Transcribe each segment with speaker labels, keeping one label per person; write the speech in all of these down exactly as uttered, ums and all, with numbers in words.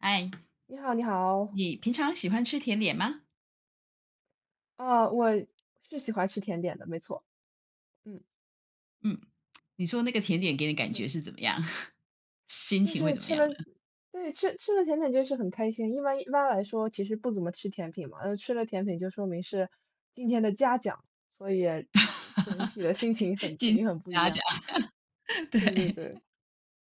Speaker 1: 哎，
Speaker 2: 你好，你好。
Speaker 1: 你平常喜欢吃甜点吗？
Speaker 2: 啊，我是喜欢吃甜点的，没错。嗯
Speaker 1: 嗯，你说那个甜点给你感
Speaker 2: 嗯，
Speaker 1: 觉是怎么样？心
Speaker 2: 就
Speaker 1: 情会
Speaker 2: 是
Speaker 1: 怎么
Speaker 2: 吃
Speaker 1: 样
Speaker 2: 了，
Speaker 1: 呢？
Speaker 2: 对，吃吃了甜点就是很开心。一般一般来说，其实不怎么吃甜品嘛。呃，吃了甜品就说明是今天的嘉奖，所以嗯整体的心 情很肯定很不一
Speaker 1: 大家
Speaker 2: 样。
Speaker 1: 讲，对，
Speaker 2: 对对对。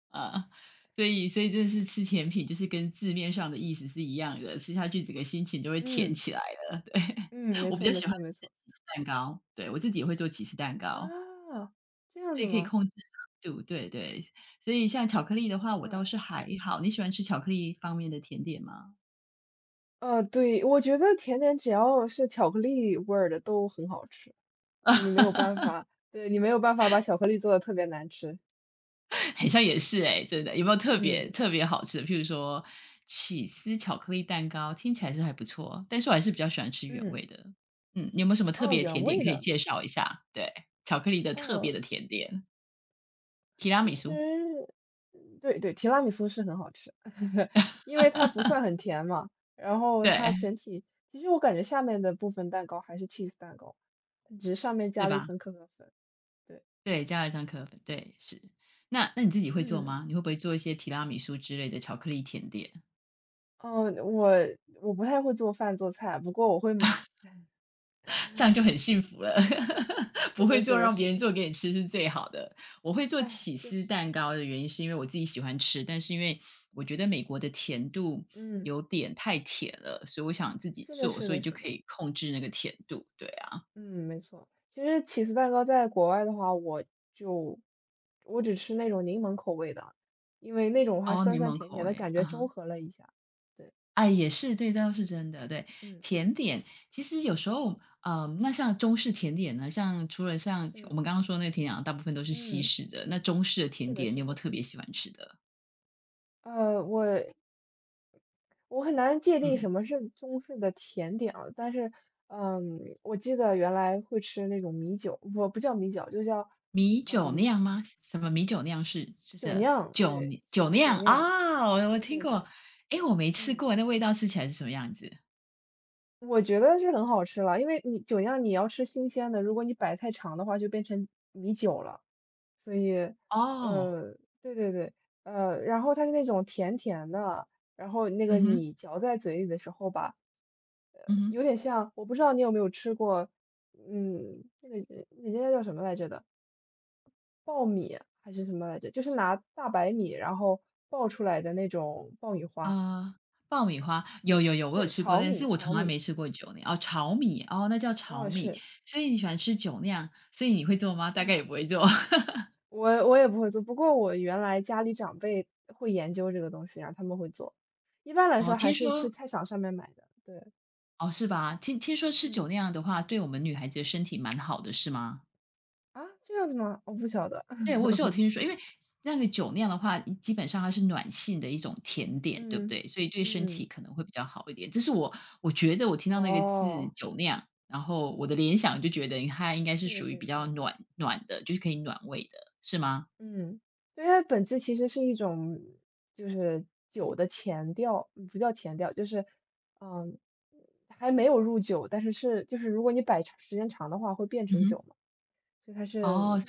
Speaker 1: 啊，所以所以真的是吃甜品，就是跟字面上的意思是一样的，吃下去整个心情就会甜
Speaker 2: 嗯
Speaker 1: 起来了。对
Speaker 2: 嗯，没
Speaker 1: 我比
Speaker 2: 错
Speaker 1: 较
Speaker 2: 没
Speaker 1: 喜欢
Speaker 2: 错没
Speaker 1: 吃起
Speaker 2: 错。
Speaker 1: 司蛋糕，对，我自己也会做起司蛋
Speaker 2: 啊，
Speaker 1: 糕，
Speaker 2: 这样
Speaker 1: 所以
Speaker 2: 子
Speaker 1: 可以
Speaker 2: 吗？
Speaker 1: 控制糖度，对对。所以像巧克力的话，我
Speaker 2: 嗯
Speaker 1: 倒是还好。你喜欢吃巧克力方面的甜点吗？
Speaker 2: 呃，对，我觉得甜点只要是巧克力味儿的都很好吃。对，你没有 办法，对，你没有办法把巧克力做的特别难吃。
Speaker 1: 好像也是哎、真的有没有特别
Speaker 2: 嗯，
Speaker 1: 特别好吃的？譬如说起司巧克力蛋糕，听起来是还不错，但是我还是比较喜欢吃原味
Speaker 2: 嗯，
Speaker 1: 的。嗯，你有没有什么特
Speaker 2: 哦，
Speaker 1: 别的甜
Speaker 2: 原
Speaker 1: 点
Speaker 2: 味
Speaker 1: 可以
Speaker 2: 的。
Speaker 1: 介绍一下？对，巧克力的特别
Speaker 2: 哦，
Speaker 1: 的甜点，提拉
Speaker 2: 其
Speaker 1: 米苏，
Speaker 2: 实嗯对对，提拉米苏是很好吃，因为它不算很甜嘛。然后它
Speaker 1: 对，
Speaker 2: 整体其实我感觉下面的部分蛋糕还是 cheese 蛋糕，只是上面
Speaker 1: 是
Speaker 2: 加了一
Speaker 1: 吧？
Speaker 2: 层可可粉，对。
Speaker 1: 对，加了一张可可粉，对，是。那那你自己会做
Speaker 2: 嗯，
Speaker 1: 吗？你会不会做一些提拉米苏之类的巧克力甜点？
Speaker 2: 哦，我我不太会做饭做菜，不过我会买。
Speaker 1: 这样就很幸福了。不
Speaker 2: 是的，
Speaker 1: 会做，
Speaker 2: 是的，
Speaker 1: 让别
Speaker 2: 是
Speaker 1: 人
Speaker 2: 的。
Speaker 1: 做给你吃是最好的。我会做
Speaker 2: 哎，
Speaker 1: 起
Speaker 2: 就
Speaker 1: 司
Speaker 2: 是，
Speaker 1: 蛋糕的原因是因为我自己喜欢吃，但是因为我觉得美国的甜度
Speaker 2: 嗯，
Speaker 1: 有点太甜了，所以我想自己
Speaker 2: 是的，
Speaker 1: 做，
Speaker 2: 是
Speaker 1: 所以
Speaker 2: 的，
Speaker 1: 就
Speaker 2: 是
Speaker 1: 可
Speaker 2: 的。
Speaker 1: 以控制那个甜度。对啊，
Speaker 2: 嗯，没错。其实起司蛋糕在国外的话，我就我只吃那种柠檬口味的，因为那种的话
Speaker 1: 哦，
Speaker 2: 酸
Speaker 1: 柠
Speaker 2: 酸
Speaker 1: 檬
Speaker 2: 甜
Speaker 1: 口
Speaker 2: 甜的
Speaker 1: 味，
Speaker 2: 感
Speaker 1: 啊
Speaker 2: 觉
Speaker 1: 哈。
Speaker 2: 中和了一下。对，
Speaker 1: 哎，也是，对，倒是真的。对，
Speaker 2: 嗯，
Speaker 1: 甜点其实有时候，嗯，那像中式甜点呢，像除了像我
Speaker 2: 是，
Speaker 1: 们刚刚说那个甜点，大部分都是西
Speaker 2: 嗯，
Speaker 1: 式的。那中式的甜
Speaker 2: 是的，
Speaker 1: 点，你
Speaker 2: 是
Speaker 1: 有没有
Speaker 2: 的。
Speaker 1: 特别喜欢吃的？
Speaker 2: 呃，我我很难界定
Speaker 1: 嗯。
Speaker 2: 什么是中式的甜点啊，但是，嗯，我记得原来会吃那种米酒，不不叫米酒，就叫
Speaker 1: 米酒
Speaker 2: 嗯
Speaker 1: 酿吗？什么米酒酿是是
Speaker 2: 酒
Speaker 1: 的
Speaker 2: 酿，
Speaker 1: 酒
Speaker 2: 对，
Speaker 1: 酒酿？
Speaker 2: 酒酿，
Speaker 1: 啊，我我
Speaker 2: 对
Speaker 1: 听
Speaker 2: 对对。
Speaker 1: 过。诶，我没吃
Speaker 2: 嗯，
Speaker 1: 过，那味道吃起来是什么样子？
Speaker 2: 我觉得是很好吃了，因为你酒酿你要吃新鲜的，如果你摆太长的话，就变成米酒了。所以，
Speaker 1: 哦，
Speaker 2: 呃，对对对。呃，然后它是那种甜甜的，然后那
Speaker 1: 嗯
Speaker 2: 个
Speaker 1: 哼，
Speaker 2: 米嚼在嘴里的时候吧，呃，
Speaker 1: 嗯
Speaker 2: 有
Speaker 1: 哼，
Speaker 2: 点像，我不知道你有没有吃过。嗯，那个人家叫什么来着的，爆米还是什么来着？就是拿大白米然后爆出来的那种爆米花。
Speaker 1: 啊，爆米花，有
Speaker 2: 对
Speaker 1: 有有，我有
Speaker 2: 对，
Speaker 1: 吃过，
Speaker 2: 炒
Speaker 1: 但是
Speaker 2: 米
Speaker 1: 我从
Speaker 2: 炒
Speaker 1: 来没
Speaker 2: 米，
Speaker 1: 吃过酒酿。哦，炒米，哦，那叫炒
Speaker 2: 嗯，
Speaker 1: 米，
Speaker 2: 是，
Speaker 1: 所以你喜欢吃酒酿，所以你会做吗？大概
Speaker 2: 嗯。
Speaker 1: 也不会做
Speaker 2: 我我也不会做，不过我原来家里长辈会研究这个东西，然后他们会做。一般 来
Speaker 1: 哦，
Speaker 2: 说还
Speaker 1: 听
Speaker 2: 是去
Speaker 1: 说
Speaker 2: 菜场上面买的，对。
Speaker 1: 哦，是吧？听听说吃酒
Speaker 2: 嗯，
Speaker 1: 酿的话，对我们女孩子的身体蛮好的，是吗？
Speaker 2: 啊，这样子吗？我不晓得。
Speaker 1: 对，我是有听说，因为那个酒酿的话，基本上它是暖性的一种甜点，对不
Speaker 2: 嗯
Speaker 1: 对？所以对身体
Speaker 2: 嗯，
Speaker 1: 可能会比较好一点。这是我我觉得我听到那个字
Speaker 2: 哦，
Speaker 1: “酒酿”，然后我的联想就觉得它应该是
Speaker 2: 是
Speaker 1: 属于
Speaker 2: 是
Speaker 1: 比较
Speaker 2: 是。
Speaker 1: 暖暖的，就是可以暖胃的，是吗？
Speaker 2: 嗯，对，它本质其实是一种就是酒的前调，嗯不叫前调，就是嗯，还没有入酒，但是是就是如果你摆长时间长的话，会变
Speaker 1: 嗯
Speaker 2: 成
Speaker 1: 哼，
Speaker 2: 酒嘛，所以它是，
Speaker 1: 哦，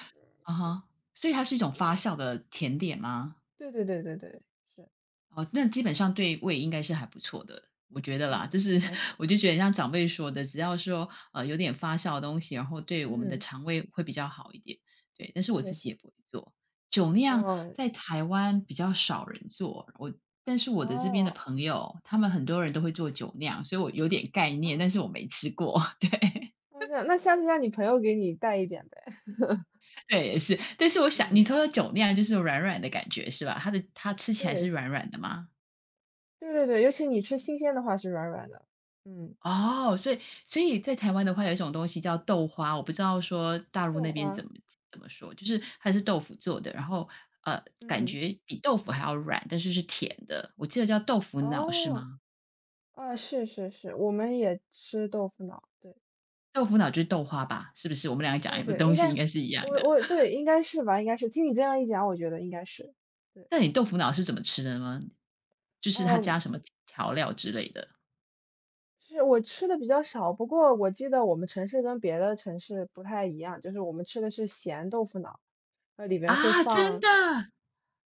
Speaker 1: 啊
Speaker 2: 对
Speaker 1: 哈，所以它是一种发
Speaker 2: 我。
Speaker 1: 酵的甜点吗？
Speaker 2: 对对对对对，是。
Speaker 1: 哦，那基本上对胃应该是还不错的，我觉得啦，就
Speaker 2: 嗯，
Speaker 1: 是
Speaker 2: 应该是
Speaker 1: 我
Speaker 2: 应
Speaker 1: 就
Speaker 2: 该
Speaker 1: 觉得
Speaker 2: 是。
Speaker 1: 像长辈说的，只要说呃有点发酵的东西，然后对我们的
Speaker 2: 嗯，
Speaker 1: 肠胃会比较好一点。对，但是
Speaker 2: 是
Speaker 1: 我
Speaker 2: 是
Speaker 1: 自己也
Speaker 2: 是。
Speaker 1: 不会做酒酿，
Speaker 2: 嗯，
Speaker 1: 在台湾比较少人做，我但是我的这边的
Speaker 2: 哦，
Speaker 1: 朋友，他们很多人都会做酒酿，所以我有点概
Speaker 2: 啊，
Speaker 1: 念，但是我没吃过。对
Speaker 2: 哦，这样，那下次让你朋友给你带一点呗。
Speaker 1: 对，也是，但是我 想你
Speaker 2: 嗯，
Speaker 1: 说的酒酿就是有软软的感觉是吧？它的它吃起来是
Speaker 2: 对，
Speaker 1: 软软的吗？
Speaker 2: 对对对，尤其你吃新鲜的话是软软的。嗯，
Speaker 1: 哦，所以所以在台湾的话，有一种东西叫豆花，我不知道说大陆
Speaker 2: 豆
Speaker 1: 那边怎
Speaker 2: 花，
Speaker 1: 么怎么说，就是它是豆腐做的，然后呃，感
Speaker 2: 嗯，
Speaker 1: 觉比豆腐还要软，但是是甜的。我记得叫豆腐脑是
Speaker 2: 哦，
Speaker 1: 吗？
Speaker 2: 啊，是是是，我们也吃豆腐脑，对
Speaker 1: 豆腐脑就是豆花吧？是不是？我们两个
Speaker 2: 对
Speaker 1: 讲的
Speaker 2: 对，
Speaker 1: 东
Speaker 2: 应
Speaker 1: 西应
Speaker 2: 该，
Speaker 1: 该是一样
Speaker 2: 我
Speaker 1: 的。
Speaker 2: 我 对，应该是吧，应该是，听你这样一讲，我觉得应该是，对。
Speaker 1: 那你豆腐脑是怎么吃的呢？就是它
Speaker 2: 啊，
Speaker 1: 加什么调料之类的
Speaker 2: 是我吃的比较少，不过我记得我们城市跟别的城市不太一样，就是我们吃的是咸豆腐脑。呃，里面会
Speaker 1: 啊？真
Speaker 2: 放，
Speaker 1: 的，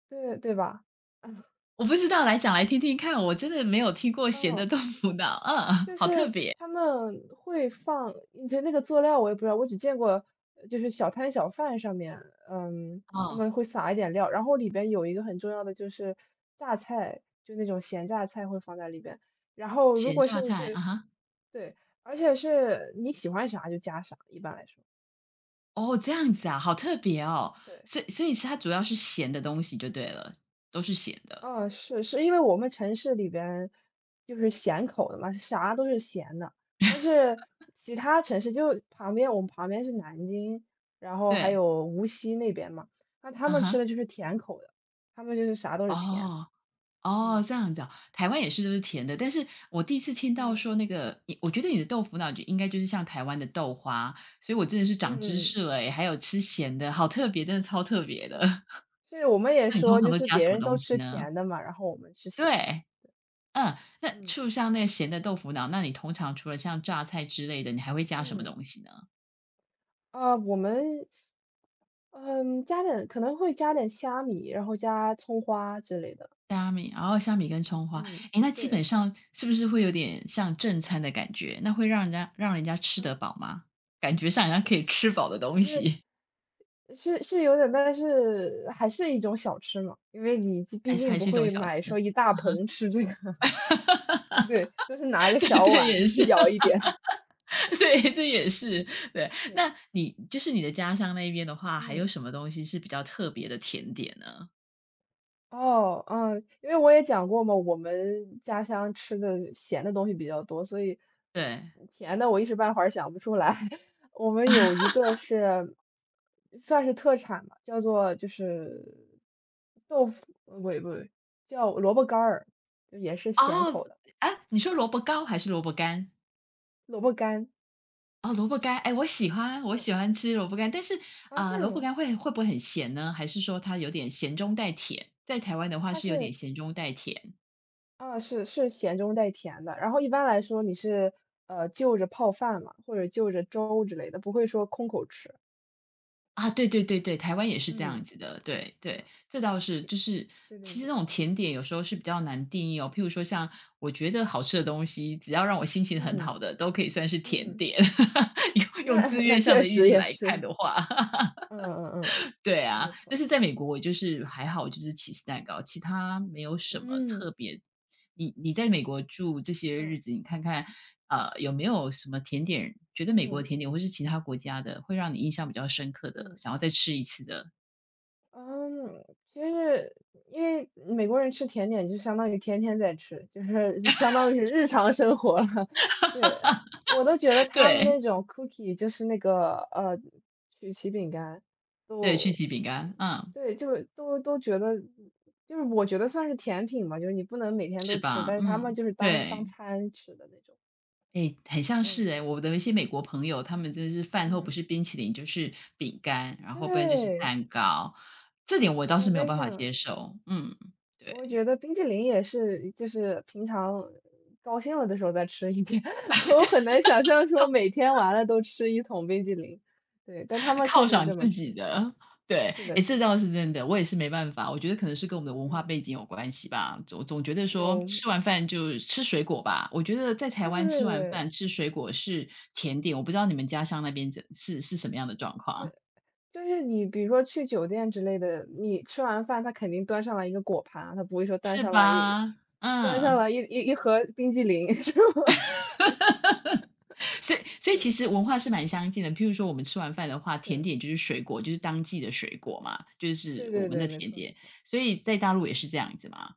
Speaker 2: 对对吧？
Speaker 1: 我不知道，来讲来听听看，我真的没有听过咸的
Speaker 2: 嗯，
Speaker 1: 豆腐脑，嗯，
Speaker 2: 就
Speaker 1: 好特
Speaker 2: 是
Speaker 1: 别
Speaker 2: 他们会放，就那个佐料我也不知道，我只见过呃就是小摊小贩上面。嗯，他
Speaker 1: 哦，
Speaker 2: 们会撒一点料，然后里边有一个很重要的就是榨菜，就那种咸榨菜会放在里边，然后如
Speaker 1: 咸
Speaker 2: 果
Speaker 1: 榨
Speaker 2: 是你就
Speaker 1: 菜啊哈。
Speaker 2: 对，而且是你喜欢啥就加啥，一般来说。
Speaker 1: 哦，这样子啊，好特别哦。
Speaker 2: 对，
Speaker 1: 所以所以是它主要是咸的东西就对了，都是咸的。
Speaker 2: 嗯，是，是因为我们城市里边就是咸口的嘛，啥都是咸的。但是其他城市就旁边，我们旁边是南京，然后还
Speaker 1: 对，
Speaker 2: 有无锡那边嘛，那他
Speaker 1: 啊
Speaker 2: 们吃
Speaker 1: 哈，
Speaker 2: 的就是甜口的，他们就是啥都是甜。
Speaker 1: 哦，哦，
Speaker 2: 嗯
Speaker 1: 这样子啊。台湾也是都是甜的，但是我第一次听到
Speaker 2: 嗯
Speaker 1: 说那个，你我觉得你的豆腐脑就应该就是像台湾的豆花，所以我真的是长知
Speaker 2: 嗯嗯，
Speaker 1: 识了诶还有吃咸的，好特别，真的超特别的。
Speaker 2: 是 是，我们也
Speaker 1: 那你通
Speaker 2: 说
Speaker 1: 常
Speaker 2: 就
Speaker 1: 都
Speaker 2: 是
Speaker 1: 加什
Speaker 2: 别
Speaker 1: 么
Speaker 2: 人都
Speaker 1: 东西
Speaker 2: 吃
Speaker 1: 呢？
Speaker 2: 甜的嘛，然后我们吃咸的。
Speaker 1: 对，嗯，那
Speaker 2: 嗯
Speaker 1: 就像那个咸的豆腐脑，那你通常除了像榨菜之类的，你还会加什么
Speaker 2: 嗯，
Speaker 1: 东西呢？
Speaker 2: 啊，我们嗯加点可能会加点虾米，然后加葱花之类的。
Speaker 1: 虾米，然哦，虾米跟葱花，
Speaker 2: 嗯，
Speaker 1: 诶，那基
Speaker 2: 对，
Speaker 1: 本上是不是会有点像正餐的感觉？那会让人家让人家吃得
Speaker 2: 嗯，
Speaker 1: 饱吗？感觉上人家可
Speaker 2: 是
Speaker 1: 以吃饱的东西，
Speaker 2: 那是是有点，但是还是一种小吃嘛，因为你既
Speaker 1: 还
Speaker 2: 毕
Speaker 1: 是
Speaker 2: 竟
Speaker 1: 还
Speaker 2: 不
Speaker 1: 是一种
Speaker 2: 会
Speaker 1: 小
Speaker 2: 买
Speaker 1: 吃？
Speaker 2: 说一大
Speaker 1: 啊哈，
Speaker 2: 盆吃这个。对，都是拿一 个
Speaker 1: 对
Speaker 2: 小
Speaker 1: 对，
Speaker 2: 碗
Speaker 1: 也是，
Speaker 2: 舀一点。
Speaker 1: 对，这也是，对。
Speaker 2: 是，
Speaker 1: 那你就是你的家乡那边的话，还有
Speaker 2: 嗯。
Speaker 1: 什么东西是比较特别的甜点呢？
Speaker 2: 哦，嗯，因为我也讲过嘛，我们家乡吃的咸的东西比较多，所以
Speaker 1: 对，
Speaker 2: 甜的我一时半会儿想不出来。我们有一个是算是特产吧，叫做就是豆腐，呃不对不对，叫萝卜干儿，就也是咸
Speaker 1: 哦，
Speaker 2: 口的
Speaker 1: 哎，你说萝卜糕还是萝卜干？
Speaker 2: 萝卜干。
Speaker 1: 哦，萝卜干，哎，我喜欢，我
Speaker 2: 嗯，
Speaker 1: 喜欢吃萝卜干，但是
Speaker 2: 啊，这
Speaker 1: 啊、
Speaker 2: 样
Speaker 1: 萝卜
Speaker 2: 吗？
Speaker 1: 干会会不会很咸呢？还是说它有点咸中带甜？在台湾的话
Speaker 2: 它
Speaker 1: 是有点
Speaker 2: 是
Speaker 1: 咸中带甜
Speaker 2: 啊，是是咸中带甜的。然后一般来说，你是呃就着泡饭嘛，或者就着粥之类的，不会说空口吃。
Speaker 1: 啊，对对对对，台湾也是这
Speaker 2: 嗯。
Speaker 1: 样子的，对
Speaker 2: 是
Speaker 1: 对，
Speaker 2: 吧？
Speaker 1: 这倒是，
Speaker 2: 其
Speaker 1: 就是
Speaker 2: 对对
Speaker 1: 其实那
Speaker 2: 对，
Speaker 1: 种甜点有时候是比较难定义哦，譬如说像我觉得好吃的东西，只要让我心情很好
Speaker 2: 嗯，
Speaker 1: 的，都可以算是甜
Speaker 2: 嗯，
Speaker 1: 点，用
Speaker 2: 那
Speaker 1: 用字 面
Speaker 2: 那
Speaker 1: 上
Speaker 2: 确
Speaker 1: 的意
Speaker 2: 实
Speaker 1: 思
Speaker 2: 也
Speaker 1: 来看
Speaker 2: 是。
Speaker 1: 的话。
Speaker 2: 嗯嗯嗯，
Speaker 1: 对啊，
Speaker 2: 没
Speaker 1: 但
Speaker 2: 错，
Speaker 1: 是在美国我就是还好，就是起司蛋糕，其他没有什么
Speaker 2: 嗯，
Speaker 1: 特别。你你在美国住这些日
Speaker 2: 嗯，
Speaker 1: 子，你看看，呃，有没有什么甜点，觉得美国的
Speaker 2: 嗯，
Speaker 1: 甜点或是其他国家的，会让你印象比较深刻的，
Speaker 2: 嗯。
Speaker 1: 想要再吃一次的？
Speaker 2: 嗯，其实因为美国人吃甜点就相当于天天在吃，就是 相当于是日常生活了。对，呃我都觉得 他们
Speaker 1: 对，
Speaker 2: 那种 cookie 就是那个呃曲奇饼干，
Speaker 1: 对，曲
Speaker 2: 都
Speaker 1: 奇饼干，嗯，
Speaker 2: 对，就都都觉得就是我觉得算是甜品嘛，就是你不能每天都
Speaker 1: 是
Speaker 2: 吃，
Speaker 1: 吧？
Speaker 2: 但是他们
Speaker 1: 嗯，
Speaker 2: 就是当当
Speaker 1: 对。
Speaker 2: 餐吃的那种。
Speaker 1: 哎，很像是
Speaker 2: 嗯
Speaker 1: 哎，我的一些美国朋友，他们真的是饭后不
Speaker 2: 嗯，
Speaker 1: 是冰淇淋就是饼干，然后不然就是
Speaker 2: 对，
Speaker 1: 蛋糕，这点我倒是
Speaker 2: 我
Speaker 1: 没有
Speaker 2: 在
Speaker 1: 办法
Speaker 2: 想。
Speaker 1: 接受，嗯，
Speaker 2: 我
Speaker 1: 对。
Speaker 2: 觉得冰淇淋也是，就是平常高兴了的时候再吃一点。我很难想象说每天完了都吃一桶冰淇淋。对，但他们确
Speaker 1: 犒
Speaker 2: 实是
Speaker 1: 赏
Speaker 2: 这么
Speaker 1: 自
Speaker 2: 吃
Speaker 1: 己
Speaker 2: 的。
Speaker 1: 的，对，
Speaker 2: 是的，
Speaker 1: 诶，这
Speaker 2: 是的，
Speaker 1: 倒是真的，我也
Speaker 2: 嗯
Speaker 1: 是没办法，我觉得可能是跟我们的文化
Speaker 2: 嗯，
Speaker 1: 背景有关系吧，总总觉得说
Speaker 2: 有，
Speaker 1: 吃完饭就吃水果吧，我觉得在台
Speaker 2: 对
Speaker 1: 湾吃
Speaker 2: 对
Speaker 1: 完
Speaker 2: 对，
Speaker 1: 饭吃水果是甜点，我不知道你们家乡那边怎是是什么样的状况，
Speaker 2: 是就是你比如说去酒店之类的，你吃完饭他肯定端上来一个果盘，他不会说端
Speaker 1: 是
Speaker 2: 上来一
Speaker 1: 吧？
Speaker 2: 端上
Speaker 1: 嗯，
Speaker 2: 来一一一盒冰激凌。是吗？
Speaker 1: 所以 所以其
Speaker 2: 对，
Speaker 1: 实文化是蛮相近的，譬如说我们吃完饭的话，甜
Speaker 2: 是，
Speaker 1: 点就是水果，就是当季的水果嘛，就是
Speaker 2: 对
Speaker 1: 我
Speaker 2: 对
Speaker 1: 们的
Speaker 2: 对，没
Speaker 1: 甜
Speaker 2: 错没
Speaker 1: 点，
Speaker 2: 错。
Speaker 1: 所以在大陆也是
Speaker 2: 嗯。
Speaker 1: 这样子嘛，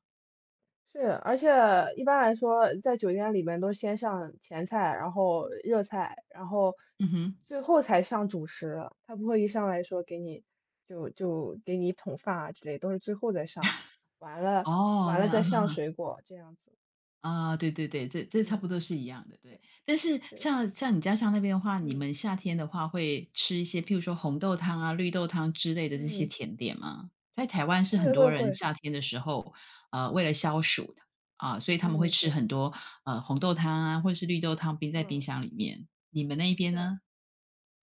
Speaker 2: 是，而且一般来说，在酒店里面都先上前菜，然后热菜，然后
Speaker 1: 嗯哼。
Speaker 2: 最后才上主食。他不会一上来说给你就就给你一桶饭啊之类，都是最后再上，完了
Speaker 1: 哦，
Speaker 2: 完
Speaker 1: 这
Speaker 2: 了再
Speaker 1: 样，
Speaker 2: 上水果这样子。
Speaker 1: 啊，对对对，这这差不
Speaker 2: 嗯，
Speaker 1: 多是一样的，对。
Speaker 2: 对
Speaker 1: 但是
Speaker 2: 对，
Speaker 1: 像像你家乡那边的话，你
Speaker 2: 嗯
Speaker 1: 们夏天的话会吃一些，譬如说红豆汤啊、绿豆汤之类的这些
Speaker 2: 嗯，
Speaker 1: 甜点吗？在台湾是很
Speaker 2: 会
Speaker 1: 多
Speaker 2: 会
Speaker 1: 人
Speaker 2: 会，
Speaker 1: 夏天的时候，呃，为了消暑的啊，所以他们会
Speaker 2: 嗯
Speaker 1: 吃很
Speaker 2: 对，
Speaker 1: 多呃红豆汤啊，或者是绿豆汤冰在冰
Speaker 2: 嗯
Speaker 1: 箱里面。你们那一边
Speaker 2: 是啊
Speaker 1: 呢？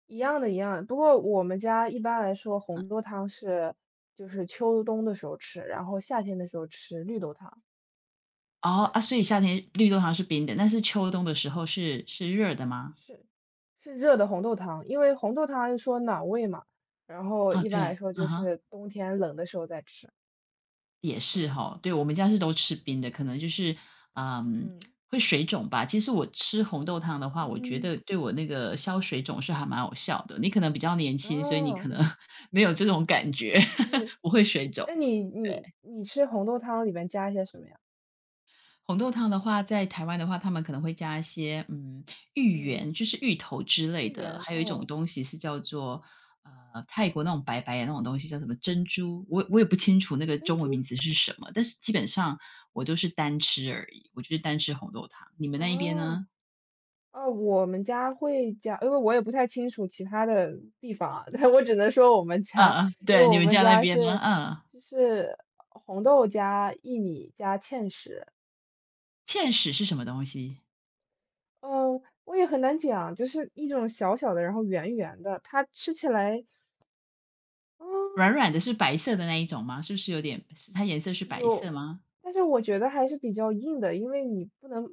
Speaker 2: 一样的，一样的。不过我们家一般来说红豆汤是就是秋冬的时候吃，然后夏天的时候吃绿豆汤。
Speaker 1: 哦
Speaker 2: 对。
Speaker 1: 啊，所以夏天绿豆汤是冰的，但是秋冬的时候是是热的吗？
Speaker 2: 是，是热的红豆汤，因为红豆汤是说暖胃嘛，然后
Speaker 1: 啊，
Speaker 2: 一般
Speaker 1: 对，
Speaker 2: 来说
Speaker 1: 嗯
Speaker 2: 就
Speaker 1: 哼。
Speaker 2: 是冬天冷的时候再吃。
Speaker 1: 也是
Speaker 2: 嗯，
Speaker 1: 哈，对，我们家是都吃
Speaker 2: 是，
Speaker 1: 冰的，可能就是，嗯，
Speaker 2: 嗯
Speaker 1: 会水肿吧。其实我吃红豆汤的话，我觉
Speaker 2: 嗯，
Speaker 1: 得对我那个消水肿是还蛮有效的。你可能比较年轻，所以你可
Speaker 2: 哦，
Speaker 1: 能 没有这种感觉，
Speaker 2: 那
Speaker 1: 不会水肿。
Speaker 2: 那你你
Speaker 1: 对。
Speaker 2: 你吃红豆汤里面加一些什么呀？
Speaker 1: 红豆汤的话，在台湾的话，他们可能会加一些，嗯，芋
Speaker 2: 嗯，
Speaker 1: 圆，就是芋头之类
Speaker 2: 芋
Speaker 1: 的，
Speaker 2: 圆，
Speaker 1: 还有一种
Speaker 2: 哦，
Speaker 1: 东西是叫做，呃，泰国那种白白的那种东西叫什么珍珠，我我也不清楚那个
Speaker 2: 珍
Speaker 1: 中文名
Speaker 2: 珠，
Speaker 1: 字是什么，但是基本上我都是单吃而已，我就是单吃红豆汤。你们那一边呢？
Speaker 2: 哦哦，我们家会加，因为我也不太清楚其他的地方啊，但我只能说我们家，
Speaker 1: 嗯嗯，
Speaker 2: 因为
Speaker 1: 对，你
Speaker 2: 我
Speaker 1: 们
Speaker 2: 们
Speaker 1: 家那
Speaker 2: 家
Speaker 1: 边呢？
Speaker 2: 是
Speaker 1: 嗯，
Speaker 2: 就是红豆加薏米加芡实。
Speaker 1: 芡实是什么东西？
Speaker 2: 嗯，我也很难讲，就是一种小小的，然后圆圆的，它吃起来，
Speaker 1: 软
Speaker 2: 嗯，
Speaker 1: 软的是白色的那一种吗？是不是有点，是它颜色是白色
Speaker 2: 有，
Speaker 1: 吗？
Speaker 2: 但是我觉得还是比较硬的，因为你不能，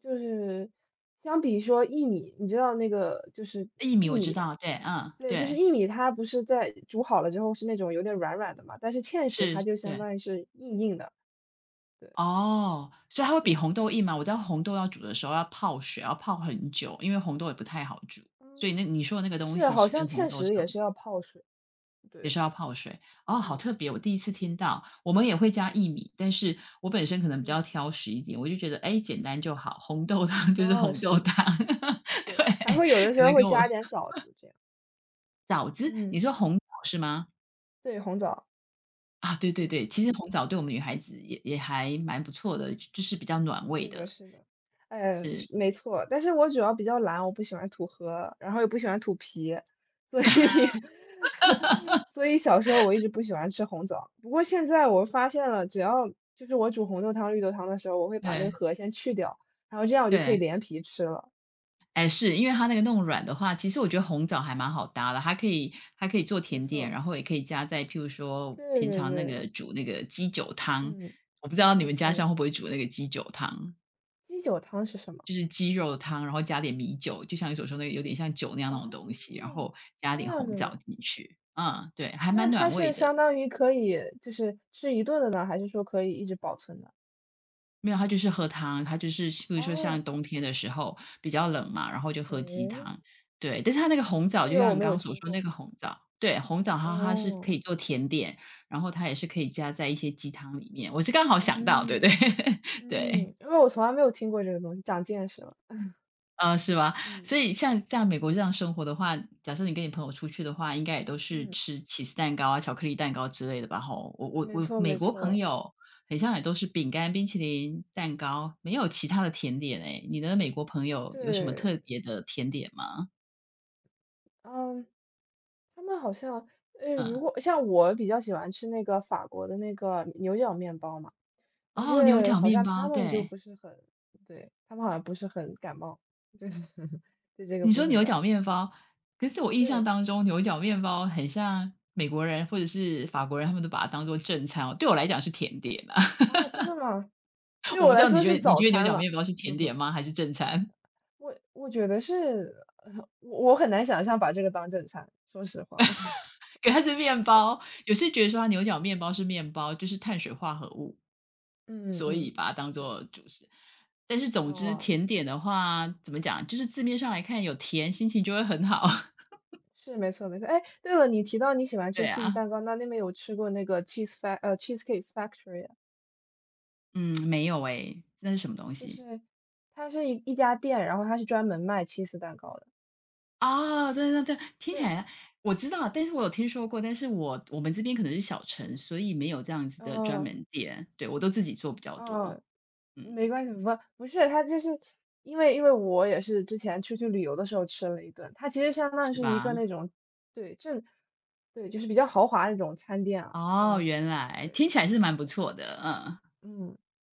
Speaker 2: 就是相比说薏米，你知道那个就是
Speaker 1: 薏米
Speaker 2: 薏
Speaker 1: 我知
Speaker 2: 米
Speaker 1: 道，
Speaker 2: 吧？
Speaker 1: 对，嗯，
Speaker 2: 对，就是
Speaker 1: 对，
Speaker 2: 薏米，它不是在煮好了之后是那种有点软软的嘛，但是芡实
Speaker 1: 是，
Speaker 2: 它就相
Speaker 1: 对。
Speaker 2: 当于是硬硬的，对，
Speaker 1: 哦，所以它会
Speaker 2: 这
Speaker 1: 比
Speaker 2: 样
Speaker 1: 红豆
Speaker 2: 子。
Speaker 1: 硬吗？我知道红豆要煮的时候要泡水，要泡很久，因为红豆也不太好煮。所以
Speaker 2: 嗯，
Speaker 1: 那你说的那个东
Speaker 2: 是，
Speaker 1: 西
Speaker 2: 好
Speaker 1: 是跟
Speaker 2: 像
Speaker 1: 红
Speaker 2: 芡
Speaker 1: 豆
Speaker 2: 实
Speaker 1: 差
Speaker 2: 也
Speaker 1: 不多，
Speaker 2: 是要泡水，
Speaker 1: 也
Speaker 2: 对，
Speaker 1: 是要泡水。哦，好
Speaker 2: 嗯
Speaker 1: 特别，我第一次听到。我们也会加
Speaker 2: 嗯
Speaker 1: 薏米，但是我本身可能比较
Speaker 2: 嗯，
Speaker 1: 挑食一点，我就觉得，哎，简单就好，红豆汤 就是
Speaker 2: 哦，
Speaker 1: 红豆
Speaker 2: 是是
Speaker 1: 汤。
Speaker 2: 是。
Speaker 1: 对，
Speaker 2: 对，还会有的时
Speaker 1: 可
Speaker 2: 候
Speaker 1: 能
Speaker 2: 会
Speaker 1: 跟我
Speaker 2: 加一点枣子这样。
Speaker 1: 枣子，你
Speaker 2: 嗯。
Speaker 1: 说红枣是吗？
Speaker 2: 对，红枣。
Speaker 1: 啊，对对
Speaker 2: 嗯。
Speaker 1: 对，其实红枣对我们女孩子也也还蛮不错的，就是比较暖胃
Speaker 2: 是的
Speaker 1: 的，
Speaker 2: 是的。嗯，
Speaker 1: 是，
Speaker 2: 是没错，但是我主要比较懒，我不喜欢吐核，然后也不喜欢吐皮，所以 所以小时候我一直不喜欢吃红枣。不过现在我发现了，只要就是我煮红豆汤、绿豆汤的时候，我会把那个
Speaker 1: 对
Speaker 2: 核先去掉，然后这样我就可以
Speaker 1: 对。
Speaker 2: 连皮吃了，对。
Speaker 1: 哎，是，因为它那个弄软的话，其实我觉得红枣还蛮好搭的，它可以它可以做
Speaker 2: 没
Speaker 1: 甜点，
Speaker 2: 错。
Speaker 1: 然后也可以加在譬如说
Speaker 2: 对
Speaker 1: 平
Speaker 2: 对
Speaker 1: 常那
Speaker 2: 对，
Speaker 1: 个煮那个鸡酒汤，
Speaker 2: 嗯，
Speaker 1: 我不知道你
Speaker 2: 没
Speaker 1: 们
Speaker 2: 错
Speaker 1: 家
Speaker 2: 没
Speaker 1: 乡会不会
Speaker 2: 错。
Speaker 1: 煮那个鸡酒汤，
Speaker 2: 鸡酒汤是什么？
Speaker 1: 就是鸡肉汤，然后加点米酒，就像你所说那个有点像酒那样那
Speaker 2: 哦，
Speaker 1: 种东西，然后加
Speaker 2: 这
Speaker 1: 点
Speaker 2: 样
Speaker 1: 红
Speaker 2: 子
Speaker 1: 枣
Speaker 2: 吗？
Speaker 1: 进去，嗯，对，还蛮
Speaker 2: 那它
Speaker 1: 暖胃
Speaker 2: 是
Speaker 1: 的。
Speaker 2: 相当于可以就是吃一顿的呢，还是说可以一直保存的？
Speaker 1: 没有，它就是喝汤，它就是比如说
Speaker 2: 哦，
Speaker 1: 像冬天的时候比较冷嘛，然后就喝鸡
Speaker 2: 诶，
Speaker 1: 汤。对，但是它那个红枣
Speaker 2: 这
Speaker 1: 就
Speaker 2: 个我
Speaker 1: 像你
Speaker 2: 没
Speaker 1: 刚
Speaker 2: 有
Speaker 1: 刚所
Speaker 2: 听
Speaker 1: 说那
Speaker 2: 过。
Speaker 1: 个红枣，对，红枣它它是可以
Speaker 2: 哦，
Speaker 1: 做甜点，然后它也是可以加在一些鸡汤里面。我是刚好想到，对
Speaker 2: 嗯，
Speaker 1: 对 对。
Speaker 2: 嗯，因为我从来没有听过这个东西，长见识了。
Speaker 1: 啊，是吧？
Speaker 2: 嗯，
Speaker 1: 所以像在美国这样生活的话，假设你跟你朋友出去的话，应该也都是
Speaker 2: 嗯，
Speaker 1: 吃起司蛋糕啊、巧克力蛋糕之类的吧？吼，我我
Speaker 2: 没
Speaker 1: 我
Speaker 2: 错
Speaker 1: 美
Speaker 2: 没
Speaker 1: 国朋
Speaker 2: 错，
Speaker 1: 友很像也都是饼干、冰淇淋、蛋糕，没有其他的甜点诶。你的美国朋友有什么特
Speaker 2: 对，
Speaker 1: 别的甜点吗？
Speaker 2: 嗯，他们好像，诶，如
Speaker 1: 嗯，
Speaker 2: 果像我比较喜欢吃那个法国的那个牛角面包嘛，但
Speaker 1: 哦，牛
Speaker 2: 是
Speaker 1: 角
Speaker 2: 好
Speaker 1: 面
Speaker 2: 像
Speaker 1: 包，
Speaker 2: 他们就
Speaker 1: 对，
Speaker 2: 不是很，对，他们好像不是很感冒，就是 对这个
Speaker 1: 你
Speaker 2: 不
Speaker 1: 说
Speaker 2: 是很
Speaker 1: 牛
Speaker 2: 感
Speaker 1: 角
Speaker 2: 冒。
Speaker 1: 面包，可是我印象
Speaker 2: 对，
Speaker 1: 当中牛角面包很像美国人或者是法国人，他们都把它当做正餐哦，对我来讲是甜点啊。
Speaker 2: 啊，真的吗？对
Speaker 1: 我不
Speaker 2: 我
Speaker 1: 知
Speaker 2: 来
Speaker 1: 道你
Speaker 2: 说
Speaker 1: 觉
Speaker 2: 是
Speaker 1: 得你
Speaker 2: 早
Speaker 1: 觉得牛
Speaker 2: 餐
Speaker 1: 角
Speaker 2: 了。
Speaker 1: 面包是甜点 吗？还是正餐？
Speaker 2: 我我觉得是，我我很难想象把这个当正餐，说实话。
Speaker 1: 可它是面包，有些觉得说它牛角面包是面包，就是碳水化合物，
Speaker 2: 嗯
Speaker 1: 所以
Speaker 2: 嗯，
Speaker 1: 把它当做
Speaker 2: 是，
Speaker 1: 主食。但是总之
Speaker 2: 哦，
Speaker 1: 甜点的话，怎么讲，就是字面上来看有甜，心情就会很好。
Speaker 2: 是没错没错。哎，对了，你提到你喜欢吃
Speaker 1: 对
Speaker 2: c h
Speaker 1: 啊，
Speaker 2: 蛋糕，那那边有吃过那个 cheese fa 呃 cheesecake factory 啊？
Speaker 1: 嗯，没有诶，那是什么东
Speaker 2: 就
Speaker 1: 西？
Speaker 2: 是它是一一家店，然后它是专门卖 c h 蛋糕的。
Speaker 1: 啊？对对对，听起
Speaker 2: 对，
Speaker 1: 来我知道，但是我有听说过，但是我我们这边可能是小城，
Speaker 2: 嗯，
Speaker 1: 所以没有这样子的专
Speaker 2: 哦
Speaker 1: 门店，对，我都自己做比较多，
Speaker 2: 哦，
Speaker 1: 嗯，
Speaker 2: 没关系，不不是，它就是因为因为我也是之前出去旅游的时候吃了一顿，它其实相当于
Speaker 1: 是
Speaker 2: 是一
Speaker 1: 吧？
Speaker 2: 个那种对正对，就是比较豪华那种餐店啊，
Speaker 1: 哦，
Speaker 2: 嗯，
Speaker 1: 原来，
Speaker 2: 对
Speaker 1: 听
Speaker 2: 对，
Speaker 1: 起来是
Speaker 2: 是
Speaker 1: 蛮不
Speaker 2: 这样，
Speaker 1: 错的，嗯。
Speaker 2: 嗯。